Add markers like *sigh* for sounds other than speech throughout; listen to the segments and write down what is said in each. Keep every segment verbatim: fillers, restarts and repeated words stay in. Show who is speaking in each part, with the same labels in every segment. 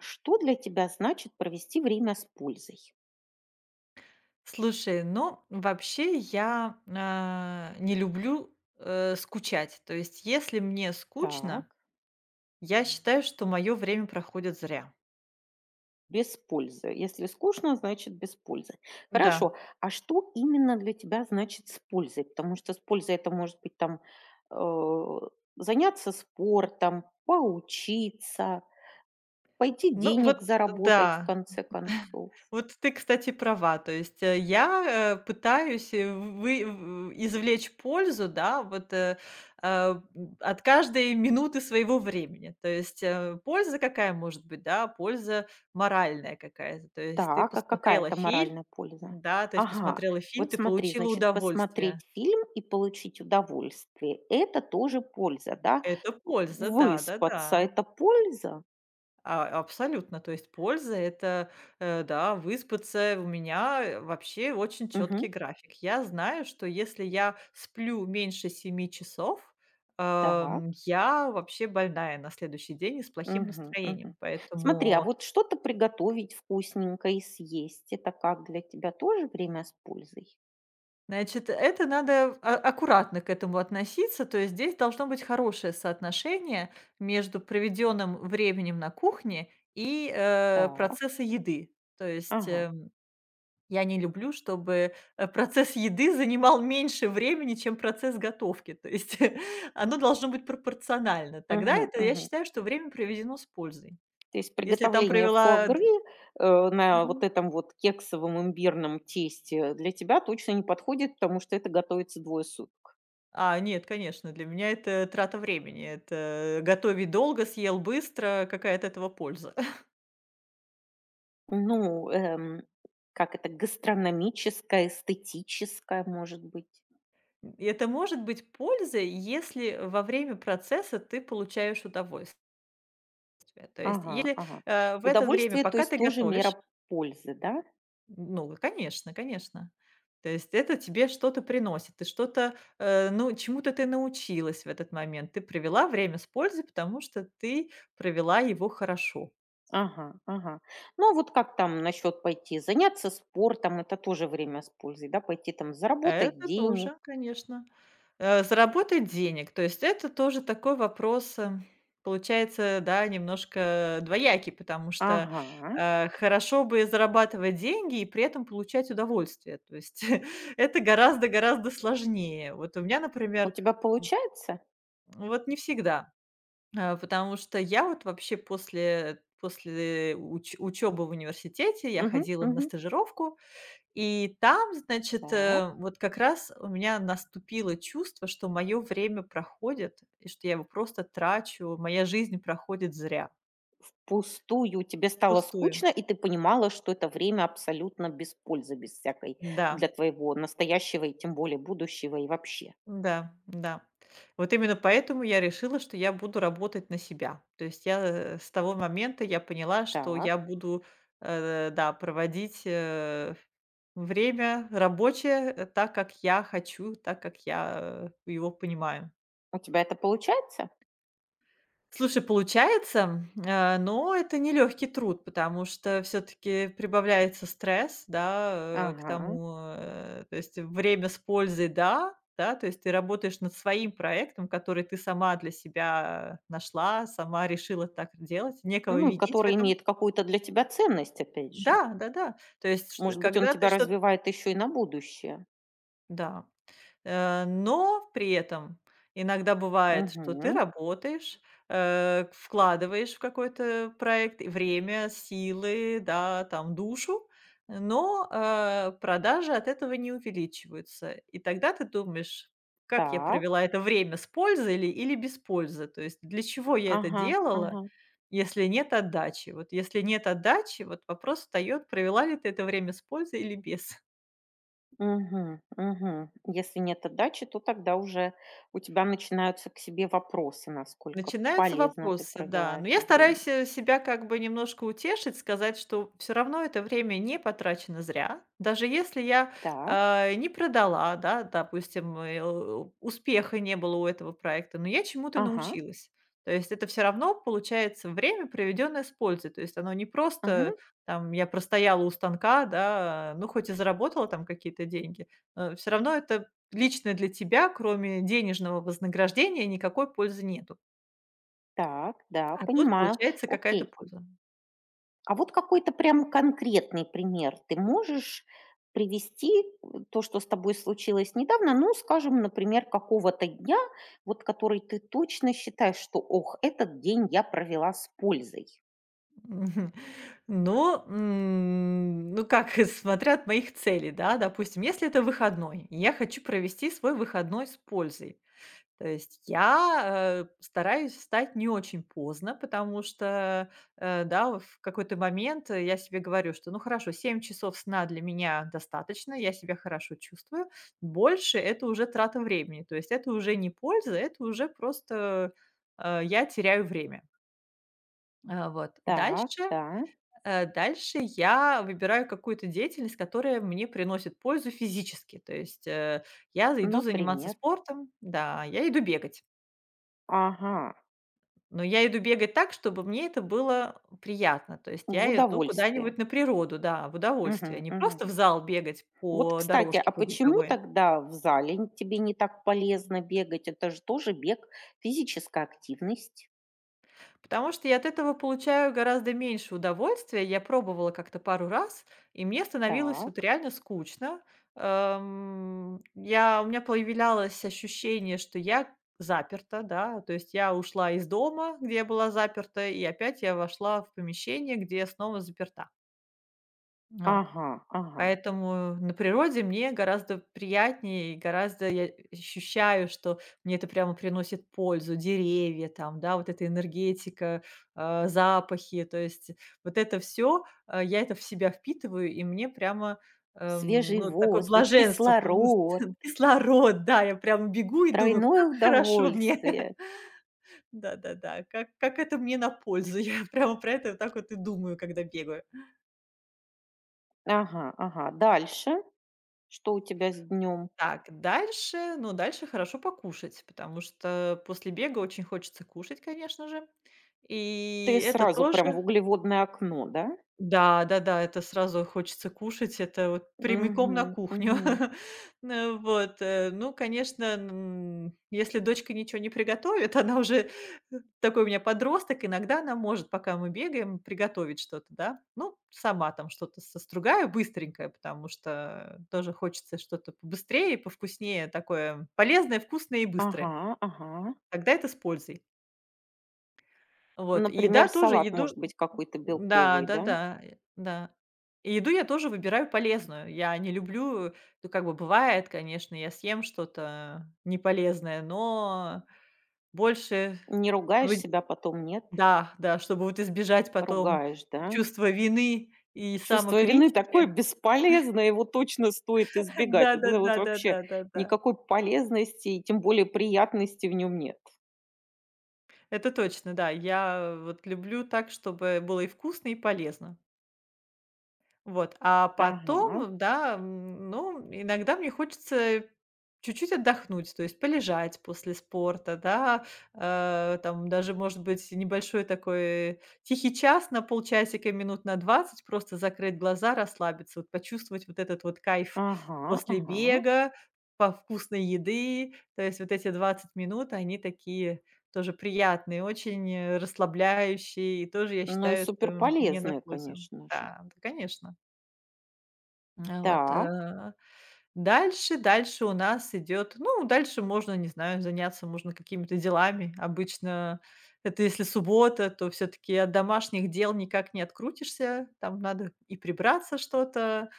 Speaker 1: Что для тебя значит провести время с пользой?
Speaker 2: Слушай, ну, вообще я, а, не люблю, э, скучать. То есть, если мне скучно,
Speaker 1: Так.
Speaker 2: я считаю, что мое время проходит зря.
Speaker 1: Без пользы. Если скучно, значит без пользы. Хорошо.
Speaker 2: Да.
Speaker 1: А что именно для тебя значит с пользой? Потому что с пользой это может быть там э, заняться спортом, поучиться, пойти
Speaker 2: Ну вот,
Speaker 1: денег заработать в
Speaker 2: да.
Speaker 1: конце концов.
Speaker 2: Вот ты, кстати, права. То есть, э, я, э, пытаюсь, э, вы в извлечь пользу, да, вот, э, э, м, от каждой минуты своего времени. То есть, э, польза какая может быть, да? Польза моральная какая-то. То есть ты
Speaker 1: Так, а какая
Speaker 2: посмотрела
Speaker 1: это
Speaker 2: фильм,
Speaker 1: моральная польза?
Speaker 2: да, то есть
Speaker 1: Ага,
Speaker 2: посмотрела фильм,
Speaker 1: вот
Speaker 2: ты
Speaker 1: смотри,
Speaker 2: получила
Speaker 1: значит,
Speaker 2: удовольствие.
Speaker 1: посмотреть фильм и получить удовольствие- это тоже польза, да?
Speaker 2: Это польза,
Speaker 1: Выспаться-
Speaker 2: да-да-да.
Speaker 1: это польза?
Speaker 2: А, абсолютно. То есть польза — это, э, да, выспаться. У меня, э, вообще очень
Speaker 1: Мгм.
Speaker 2: четкий график. Я знаю, что если я сплю меньше семи часов,
Speaker 1: Так.
Speaker 2: эм, я вообще больная на следующий день и с плохим
Speaker 1: Мгм, мгм.
Speaker 2: настроением.
Speaker 1: Смотри, а
Speaker 2: Поэтому,
Speaker 1: вот что-то приготовить вкусненько и съесть- это как для тебя тоже время с пользой?
Speaker 2: значит, это надо а аккуратно к этому относиться. То есть здесь должно быть хорошее соотношение между проведенным временем на кухне и, э,
Speaker 1: Так.
Speaker 2: процесса еды. То есть,
Speaker 1: Ага.
Speaker 2: э Я не люблю, чтобы, э, процесс еды занимал меньше времени, чем процесс готовки. То есть *laughs* оно должно быть пропорционально. Тогда
Speaker 1: Мгм,
Speaker 2: это, я
Speaker 1: мгм.
Speaker 2: считаю, что время проведено с пользой.
Speaker 1: То есть
Speaker 2: Если я там
Speaker 1: приготовление фуа
Speaker 2: провела д
Speaker 1: э, на
Speaker 2: мгм.
Speaker 1: вот этом вот кексовом имбирном тесте для тебя точно не подходит, потому что это готовится двое суток.
Speaker 2: А, нет, конечно, для меня это трата времени. Это готови долго, съел быстро, какая от этого польза? *laughs*
Speaker 1: Ну, эм, как это, гастрономическое, эстетическое, может быть.
Speaker 2: И это может быть польза, если во время процесса ты получаешь удовольствие. То есть,
Speaker 1: Ага,
Speaker 2: если,
Speaker 1: ага.
Speaker 2: э, в это время,
Speaker 1: Удовольствие, то
Speaker 2: пока
Speaker 1: есть
Speaker 2: ты
Speaker 1: тоже
Speaker 2: готовишь.
Speaker 1: мера пользы, да?
Speaker 2: Ну, конечно, конечно. То есть это тебе что-то приносит, ты что-то, э, ну, чему-то ты научилась в этот момент. Ты провела время с пользой, потому что ты провела его хорошо.
Speaker 1: Ага, ага. Ну, а вот как там насчет пойти заняться спортом? Это тоже время с пользой, да? Пойти там заработать
Speaker 2: Это
Speaker 1: денег.
Speaker 2: тоже, конечно. Э, заработать денег, то есть это тоже такой вопрос, э, получается, да, немножко двоякий, потому что,
Speaker 1: Ага.
Speaker 2: э, хорошо бы зарабатывать деньги и при этом получать удовольствие. То есть *laughs* это гораздо-гораздо сложнее. Вот у меня,
Speaker 1: У
Speaker 2: например.
Speaker 1: тебя получается?
Speaker 2: Вот не всегда, а, потому что я вот вообще после после уч учёбы в университете я
Speaker 1: Угу,
Speaker 2: ходила на
Speaker 1: угу.
Speaker 2: стажировку, и там, значит,
Speaker 1: Так.
Speaker 2: э, вот как раз у меня наступило чувство, что мое время проходит и что я его просто трачу, моя жизнь проходит зря,
Speaker 1: Пустую. Тебе стало
Speaker 2: пустую.
Speaker 1: скучно, и ты понимала, что это время абсолютно без пользы, без всякой для
Speaker 2: Да.
Speaker 1: твоего настоящего и тем более будущего и вообще.
Speaker 2: Да, да. Вот именно поэтому я решила, что я буду работать на себя. То есть я, э, с того момента я поняла, что я
Speaker 1: Так,
Speaker 2: буду, э, да, проводить э, время рабочее, э, так, как я хочу, так, как я э, его понимаю.
Speaker 1: у тебя это получается?
Speaker 2: Слушай, получается, э, но это нелегкий труд, потому что все-таки прибавляется стресс, да, э, к
Speaker 1: Ага.
Speaker 2: тому, э, то есть время с пользой, да, да, то есть ты работаешь над своим проектом, который ты сама для себя нашла, сама решила так делать, некого
Speaker 1: Ну,
Speaker 2: видеть в
Speaker 1: который
Speaker 2: этом.
Speaker 1: имеет какую-то для тебя ценность, опять же.
Speaker 2: Да, да, да. То есть, ш-
Speaker 1: Может быть, он
Speaker 2: когда ты
Speaker 1: тебя
Speaker 2: что-то…
Speaker 1: развивает еще и на будущее.
Speaker 2: Да. Э, но при этом иногда бывает, что ты
Speaker 1: Угу.
Speaker 2: работаешь, э, вкладываешь в какой-то проект время, силы, да, там, душу, но, э, продажи от этого не увеличиваются. И тогда ты думаешь: «Как я
Speaker 1: Так.
Speaker 2: провела это время, с пользой ли или без пользы? То есть для чего я это
Speaker 1: Ага,
Speaker 2: делала,
Speaker 1: ага.
Speaker 2: если нет отдачи?» Вот если нет отдачи, вот вопрос встаёт: провела ли ты это время с пользой или без?
Speaker 1: Угу. Угу. Если нет отдачи, то тогда уже у тебя начинаются к себе вопросы, насколько
Speaker 2: Начинаются
Speaker 1: полезно ты
Speaker 2: вопросы, да.
Speaker 1: провела
Speaker 2: Но я
Speaker 1: это время.
Speaker 2: стараюсь, э, себя как бы немножко утешить, сказать, что все равно это время не потрачено зря. Даже если я,
Speaker 1: Так.
Speaker 2: а, не продала, да, допустим, э, у успеха не было у этого проекта, но я чему-то
Speaker 1: Ага,
Speaker 2: научилась. То есть это все равно получается время, проведенное с пользой. То есть оно не просто
Speaker 1: ага.
Speaker 2: там я простояла у станка, да, ну, хоть и заработала там какие-то деньги, все равно это лично для тебя, кроме денежного вознаграждения, никакой пользы нету.
Speaker 1: Так, да,
Speaker 2: А тут
Speaker 1: понимаю.
Speaker 2: получается какая-то
Speaker 1: Окей.
Speaker 2: польза.
Speaker 1: А вот какой-то прям конкретный пример ты можешь привести? Э, то, что с тобой случилось недавно, ну, скажем, например, какого-то дня, вот который ты точно считаешь, что: "Ох, этот день я провела с пользой".
Speaker 2: Мгм. Ну, м, ну как, *laughs* смотря от моих целей, да, допустим, если это выходной, и я хочу провести свой выходной с пользой. То есть я, э, стараюсь встать не очень поздно, потому что, э, да, вот в какой-то момент э, я себе говорю, что, ну хорошо, семь часов сна для меня достаточно, я себя хорошо чувствую, больше это уже трата времени, то есть это уже не польза, это уже просто, э, я теряю время. А, вот.
Speaker 1: Так,
Speaker 2: Дальше,
Speaker 1: да,
Speaker 2: э, дальше я выбираю какую-то деятельность, которая мне приносит пользу физически. То есть, э, я иду заниматься
Speaker 1: например.
Speaker 2: спортом, да, я иду бегать.
Speaker 1: Ага,
Speaker 2: Но я иду бегать так, чтобы мне это было приятно. То есть
Speaker 1: в
Speaker 2: я иду
Speaker 1: удовольствие.
Speaker 2: куда-нибудь на природу, да, в удовольствие.
Speaker 1: Мгм,
Speaker 2: Не
Speaker 1: мгм.
Speaker 2: просто в зал бегать
Speaker 1: Вот,
Speaker 2: по
Speaker 1: кстати, а
Speaker 2: дорожке, по
Speaker 1: почему
Speaker 2: беговой.
Speaker 1: тогда в зале н тебе не так полезно бегать? Это же тоже бег, физическая активность.
Speaker 2: Потому что я от этого получаю гораздо меньше удовольствия. Я пробовала как-то пару раз, и мне становилось вот
Speaker 1: Так.
Speaker 2: реально скучно. Эм, я, у меня появлялось ощущение, что я заперта, да, то есть я ушла из дома, где я была заперта, и опять я вошла в помещение, где я снова заперта. Вот.
Speaker 1: Ага, ага.
Speaker 2: Поэтому на природе мне гораздо приятнее, и гораздо я ощущаю, что мне это прямо приносит пользу. Деревья там, да, вот эта энергетика, а, запахи. То есть вот это все я это в себя впитываю, и мне прямо, эм,
Speaker 1: Свежий
Speaker 2: ну, такое
Speaker 1: воздух,
Speaker 2: блаженство, п ну,
Speaker 1: кислород,
Speaker 2: *laughs* кислород, да. Я прям бегу и думаю:
Speaker 1: тройное
Speaker 2: «Как хорошо мне». *laughs*
Speaker 1: удовольствие.
Speaker 2: Да-да-да, как как это мне на пользу. *laughs* Я прямо про это вот так вот и думаю, когда бегаю.
Speaker 1: Ага, ага. Дальше? Что у тебя с днем?
Speaker 2: Так, дальше, ну, дальше хорошо покушать, потому что после бега очень хочется кушать, конечно же.
Speaker 1: Ты
Speaker 2: И это
Speaker 1: сразу прям в
Speaker 2: тоже
Speaker 1: углеводное окно, да?
Speaker 2: да, да-да, это сразу хочется кушать, это вот прямиком на
Speaker 1: Угу,
Speaker 2: кухню.
Speaker 1: угу.
Speaker 2: *laughs* Ну вот, э, ну, конечно, м, если дочка ничего не приготовит, *laughs* она уже, э, такой у меня подросток, иногда она может, пока мы бегаем, приготовить что-то, да. Ну, сама там что-то состругаю быстренькое, потому что тоже хочется что-то побыстрее, повкуснее, такое полезное, вкусное и
Speaker 1: Ага,
Speaker 2: быстрое.
Speaker 1: ага.
Speaker 2: Тогда это с пользой. Вот, и
Speaker 1: Например,
Speaker 2: еда тоже,
Speaker 1: салат может
Speaker 2: еду
Speaker 1: быть какой-то
Speaker 2: да,
Speaker 1: белковый, да?
Speaker 2: да-да, э, да. И еду я тоже выбираю полезную. Я не люблю, ну, как бы бывает, конечно, я съем что-то неполезное, но больше
Speaker 1: Не ругаешь
Speaker 2: вы
Speaker 1: себя потом, нет?
Speaker 2: да, да, чтобы вот избежать потом
Speaker 1: Ругаешь, да?
Speaker 2: чувства вины и
Speaker 1: Чувство вины такое
Speaker 2: самокритики.
Speaker 1: бесполезное, его точно стоит
Speaker 2: *laughs*
Speaker 1: избегать.
Speaker 2: Да
Speaker 1: Вот
Speaker 2: да
Speaker 1: это вот
Speaker 2: да да
Speaker 1: вообще
Speaker 2: да да да.
Speaker 1: никакой полезности и тем более приятности в нем нет.
Speaker 2: Это точно, да. Я вот люблю так, чтобы было и вкусно, и полезно. Вот, а
Speaker 1: Ага,
Speaker 2: потом, да, м, ну, иногда мне хочется чуть-чуть отдохнуть, то есть полежать после спорта, да, э, там даже, может быть, небольшой такой тихий час на полчасика, минут на двадцать, просто закрыть глаза, расслабиться, вот почувствовать вот этот вот кайф
Speaker 1: ага,
Speaker 2: после
Speaker 1: ага.
Speaker 2: бега, по вкусной еды, то есть вот эти двадцать минут, они такие тоже приятные, очень э, расслабляющие, и тоже, я
Speaker 1: Ну и
Speaker 2: считаю, это мне на
Speaker 1: суперполезное,
Speaker 2: пользу.
Speaker 1: конечно же.
Speaker 2: Да, да, конечно. А вот,
Speaker 1: Так,
Speaker 2: э, дальше дальше у нас идет, ну, дальше можно, не знаю, заняться можно какими-то делами. Обычно это если суббота, то все таки от домашних дел никак не открутишься. Там надо и прибраться что-то.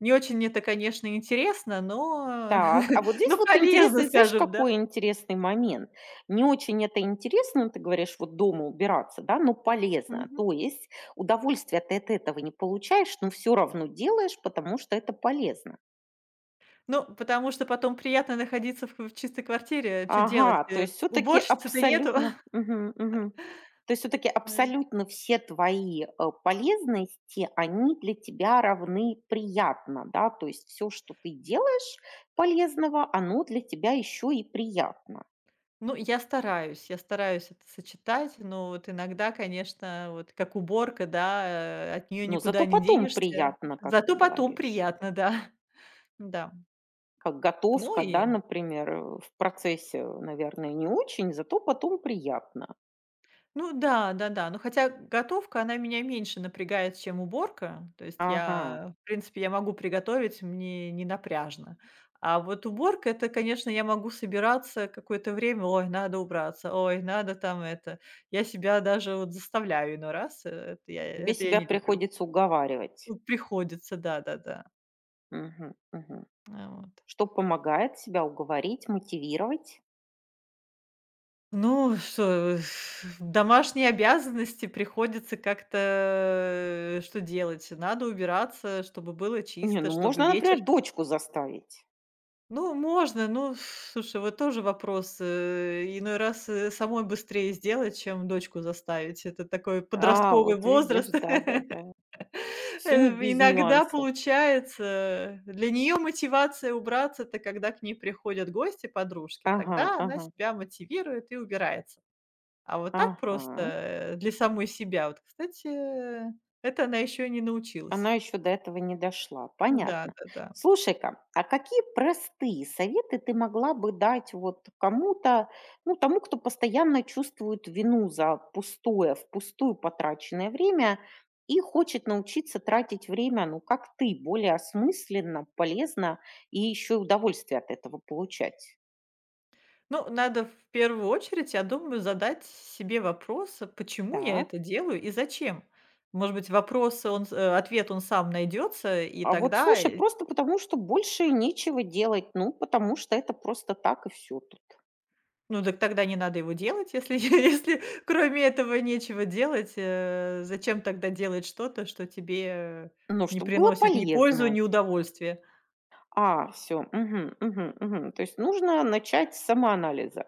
Speaker 2: Не очень мне это, конечно, интересно, но
Speaker 1: так. А
Speaker 2: *laughs*
Speaker 1: вот здесь
Speaker 2: но
Speaker 1: вот
Speaker 2: полезно,
Speaker 1: интересный, знаешь,
Speaker 2: скажем,
Speaker 1: какой
Speaker 2: да.
Speaker 1: интересный момент? Не очень это интересно, ты говоришь, вот дома убираться, да, но полезно.
Speaker 2: Мгм.
Speaker 1: То есть удовольствия ты от этого не получаешь, но все равно делаешь, потому что это полезно.
Speaker 2: Ну, потому что потом приятно находиться в в чистой квартире. Что делать?
Speaker 1: Ага, то
Speaker 2: Э,
Speaker 1: есть все таки
Speaker 2: уборщицы-то нету.
Speaker 1: абсолютно мгм, мгм. То есть все таки
Speaker 2: *laughs*
Speaker 1: абсолютно все твои, э, полезности, они для тебя равны приятно, да? То есть все, что ты делаешь полезного, оно для тебя еще и приятно.
Speaker 2: Ну, я стараюсь, я стараюсь это сочетать, но вот иногда, конечно, вот как уборка, да, э, от нее
Speaker 1: Но
Speaker 2: никуда
Speaker 1: зато
Speaker 2: не
Speaker 1: потом
Speaker 2: денешься.
Speaker 1: приятно, как ты
Speaker 2: Зато потом
Speaker 1: говоришь.
Speaker 2: приятно, да. *laughs* Да.
Speaker 1: Как
Speaker 2: Ну
Speaker 1: готовка, да,
Speaker 2: и
Speaker 1: например, э, в процессе, наверное, не очень, зато потом приятно.
Speaker 2: ну да, да-да. Ну, хотя готовка, она меня меньше напрягает, чем уборка. То есть
Speaker 1: Ага,
Speaker 2: я, в принципе, я могу приготовить, мне не напряжно. А вот уборка — это, конечно, я могу собираться какое-то время: «Ой, надо убраться, ой, надо там это». Я себя даже вот заставляю иной раз, э, это я
Speaker 1: тебе
Speaker 2: это я
Speaker 1: себя
Speaker 2: не люблю.
Speaker 1: приходится уговаривать.
Speaker 2: Ну, приходится, да-да-да.
Speaker 1: Мгм, мгм.
Speaker 2: А, вот.
Speaker 1: Что помогает себя уговорить, мотивировать.
Speaker 2: Ну, что, *laughs* *sighs* домашние обязанности, приходится как-то, э, что делать? Надо убираться, чтобы было
Speaker 1: Не,
Speaker 2: чисто,
Speaker 1: ну
Speaker 2: чтобы
Speaker 1: можно,
Speaker 2: вечер…
Speaker 1: например, дочку заставить.
Speaker 2: Ну, можно, ну, слушай, вот тоже вопрос, э, иной раз, э, самой быстрее сделать, чем дочку заставить. Это такой
Speaker 1: А,
Speaker 2: подростковый
Speaker 1: вот видишь,
Speaker 2: возраст. *laughs*
Speaker 1: да-да-да. Все
Speaker 2: Э,
Speaker 1: не без
Speaker 2: иногда
Speaker 1: нюансов.
Speaker 2: получается, для нее мотивация убраться — это когда к ней приходят гости, подружки,
Speaker 1: Ага,
Speaker 2: тогда она
Speaker 1: ага,
Speaker 2: себя мотивирует и убирается. А вот так просто,
Speaker 1: ага.
Speaker 2: э, для самой себя, вот, кстати, э, это она еще не научилась.
Speaker 1: Она еще до этого не дошла. Понятно.
Speaker 2: Да-да-да.
Speaker 1: Слушай-ка, а какие простые советы ты могла бы дать вот кому-то, ну, тому, кто постоянно чувствует вину за пустое, впустую потраченное время и хочет научиться тратить время, ну, как ты, более осмысленно, полезно и еще и удовольствие от этого получать?
Speaker 2: Ну, надо в первую очередь, я думаю, задать себе вопрос, а почему я
Speaker 1: Так.
Speaker 2: это делаю и зачем? Может быть, вопрос, он с э, ответ он сам найдется и
Speaker 1: А вот
Speaker 2: тогда,
Speaker 1: слушай,
Speaker 2: э…
Speaker 1: просто потому что больше нечего делать, ну, потому что это просто так и все тут.
Speaker 2: Ну дак тогда не надо его делать, если *laughs* если кроме этого нечего делать. Э, зачем тогда делать что-то, что тебе, э,
Speaker 1: Ну,
Speaker 2: не
Speaker 1: чтобы было
Speaker 2: приносит ни пользу,
Speaker 1: полезно.
Speaker 2: ни удовольствия?
Speaker 1: А, все, мгм, мгм, мгм. То есть нужно начать с самоанализа.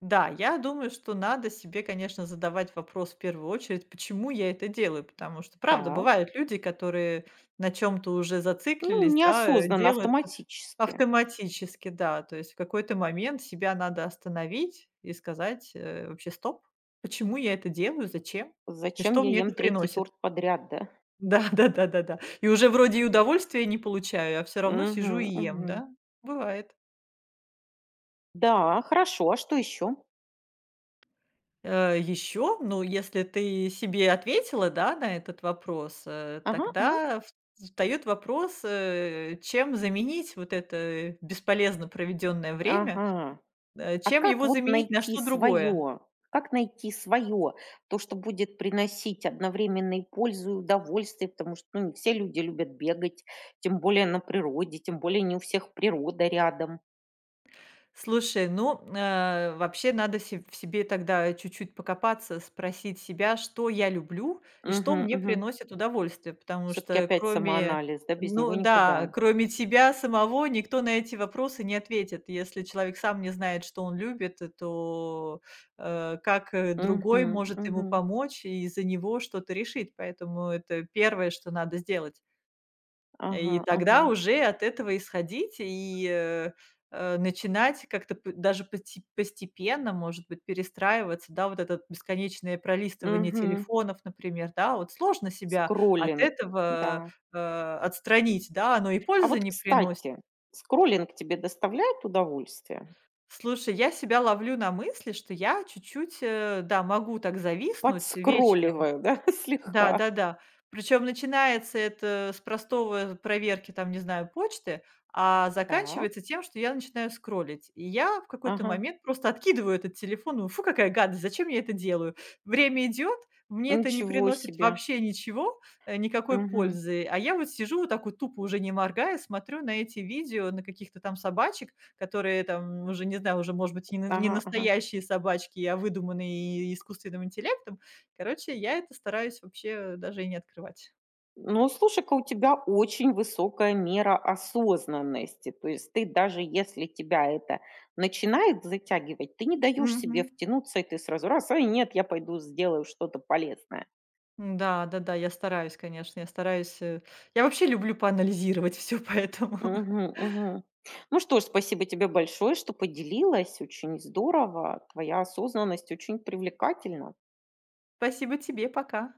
Speaker 2: Да, я думаю, что надо себе, конечно, задавать вопрос в первую очередь, почему я это делаю. Потому что, правда,
Speaker 1: Так.
Speaker 2: бывают люди, которые на чем то уже
Speaker 1: Ну,
Speaker 2: зациклились, да, э,
Speaker 1: неосознанно,
Speaker 2: делают ав
Speaker 1: автоматически.
Speaker 2: автоматически, да. То есть в какой-то момент себя надо остановить и сказать, э, вообще: «Стоп, почему я это делаю, зачем и
Speaker 1: Зачем
Speaker 2: что
Speaker 1: я
Speaker 2: мне это
Speaker 1: ем третий
Speaker 2: приносит?»
Speaker 1: торт подряд, да?
Speaker 2: Да *laughs* да да да да. И уже вроде и удовольствия не получаю, а все равно
Speaker 1: Мгм,
Speaker 2: сижу и ем,
Speaker 1: мгм.
Speaker 2: да? Бывает.
Speaker 1: Да, хорошо, а что еще?
Speaker 2: Э, еще, ну, если ты себе ответила, да, на этот вопрос, э,
Speaker 1: Ага, ага.
Speaker 2: тогда в встаёт вопрос, э, чем заменить вот это бесполезно проведенное время,
Speaker 1: Ага.
Speaker 2: э,
Speaker 1: А
Speaker 2: чем
Speaker 1: как
Speaker 2: его
Speaker 1: вот
Speaker 2: заменить на
Speaker 1: найти
Speaker 2: что другое?
Speaker 1: свое? Как найти свое? То, что будет приносить одновременно и пользу, и удовольствие, потому что, ну, не все люди любят бегать, тем более на природе, тем более не у всех природа рядом.
Speaker 2: Слушай, ну, э, вообще надо се- в себе тогда чуть-чуть покопаться, спросить себя, что я люблю и что
Speaker 1: Мгм,
Speaker 2: мне
Speaker 1: мгм.
Speaker 2: приносит удовольствие, потому
Speaker 1: Все таки
Speaker 2: что
Speaker 1: опять
Speaker 2: кроме,
Speaker 1: самоанализ, да, без него
Speaker 2: ну
Speaker 1: никуда.
Speaker 2: да, кроме тебя самого никто на эти вопросы не ответит. Если человек сам не знает, что он любит, э, то э, как э, другой
Speaker 1: Мгм,
Speaker 2: может ему
Speaker 1: мгм.
Speaker 2: помочь и за него что-то решить. Поэтому это первое, что надо сделать.
Speaker 1: Ага,
Speaker 2: И
Speaker 1: ага.
Speaker 2: тогда уже от этого исходить и, э, э, начинать как-то п даже поти постепенно, может быть, перестраиваться. Да, вот это бесконечное пролистывание
Speaker 1: Мгм.
Speaker 2: телефонов, например, да, вот сложно себя от
Speaker 1: Скроллинг, да.
Speaker 2: этого, э, отстранить, да, оно и
Speaker 1: А
Speaker 2: пользы
Speaker 1: вот,
Speaker 2: не приносит.
Speaker 1: кстати, скроллинг тебе доставляет удовольствие?
Speaker 2: Слушай, я себя ловлю на мысли, что я чуть-чуть, э, да, могу так зависнуть вечером.
Speaker 1: Подскролливаю, да, *laughs* слегка.
Speaker 2: Да-да-да. Причем начинается это с простого э, проверки, там, не знаю, почты, а
Speaker 1: Так,
Speaker 2: заканчивается тем, что я начинаю скроллить. И я в какой-то
Speaker 1: ага.
Speaker 2: момент просто откидываю этот телефон. Думаю: «Фу, какая гадость! Зачем я это делаю?» Время идет, мне это не
Speaker 1: Ничего
Speaker 2: приносит
Speaker 1: себе.
Speaker 2: вообще ничего, э, никакой
Speaker 1: Мгм.
Speaker 2: пользы. А я вот сижу вот так вот тупо, уже не моргая, смотрю на эти видео, на каких-то там собачек, которые там уже, не знаю, уже, может быть, и не на- не
Speaker 1: Ага, ага.
Speaker 2: настоящие собачки, а выдуманные искусственным интеллектом. Короче, я это стараюсь вообще даже и не открывать.
Speaker 1: Ну, слушай-ка, у тебя очень высокая мера осознанности. То есть ты даже если тебя это начинает затягивать, ты не даешь себе
Speaker 2: Мгм.
Speaker 1: втянуться, и ты сразу раз, ай, нет, я пойду сделаю что-то полезное.
Speaker 2: Да, да-да, я стараюсь, конечно, я стараюсь, э. Я вообще люблю поанализировать все, поэтому.
Speaker 1: Мгм,
Speaker 2: *laughs*
Speaker 1: мгм. Ну что ж, спасибо тебе большое, что поделилась. Очень здорово. Твоя осознанность очень привлекательна.
Speaker 2: Спасибо тебе, пока.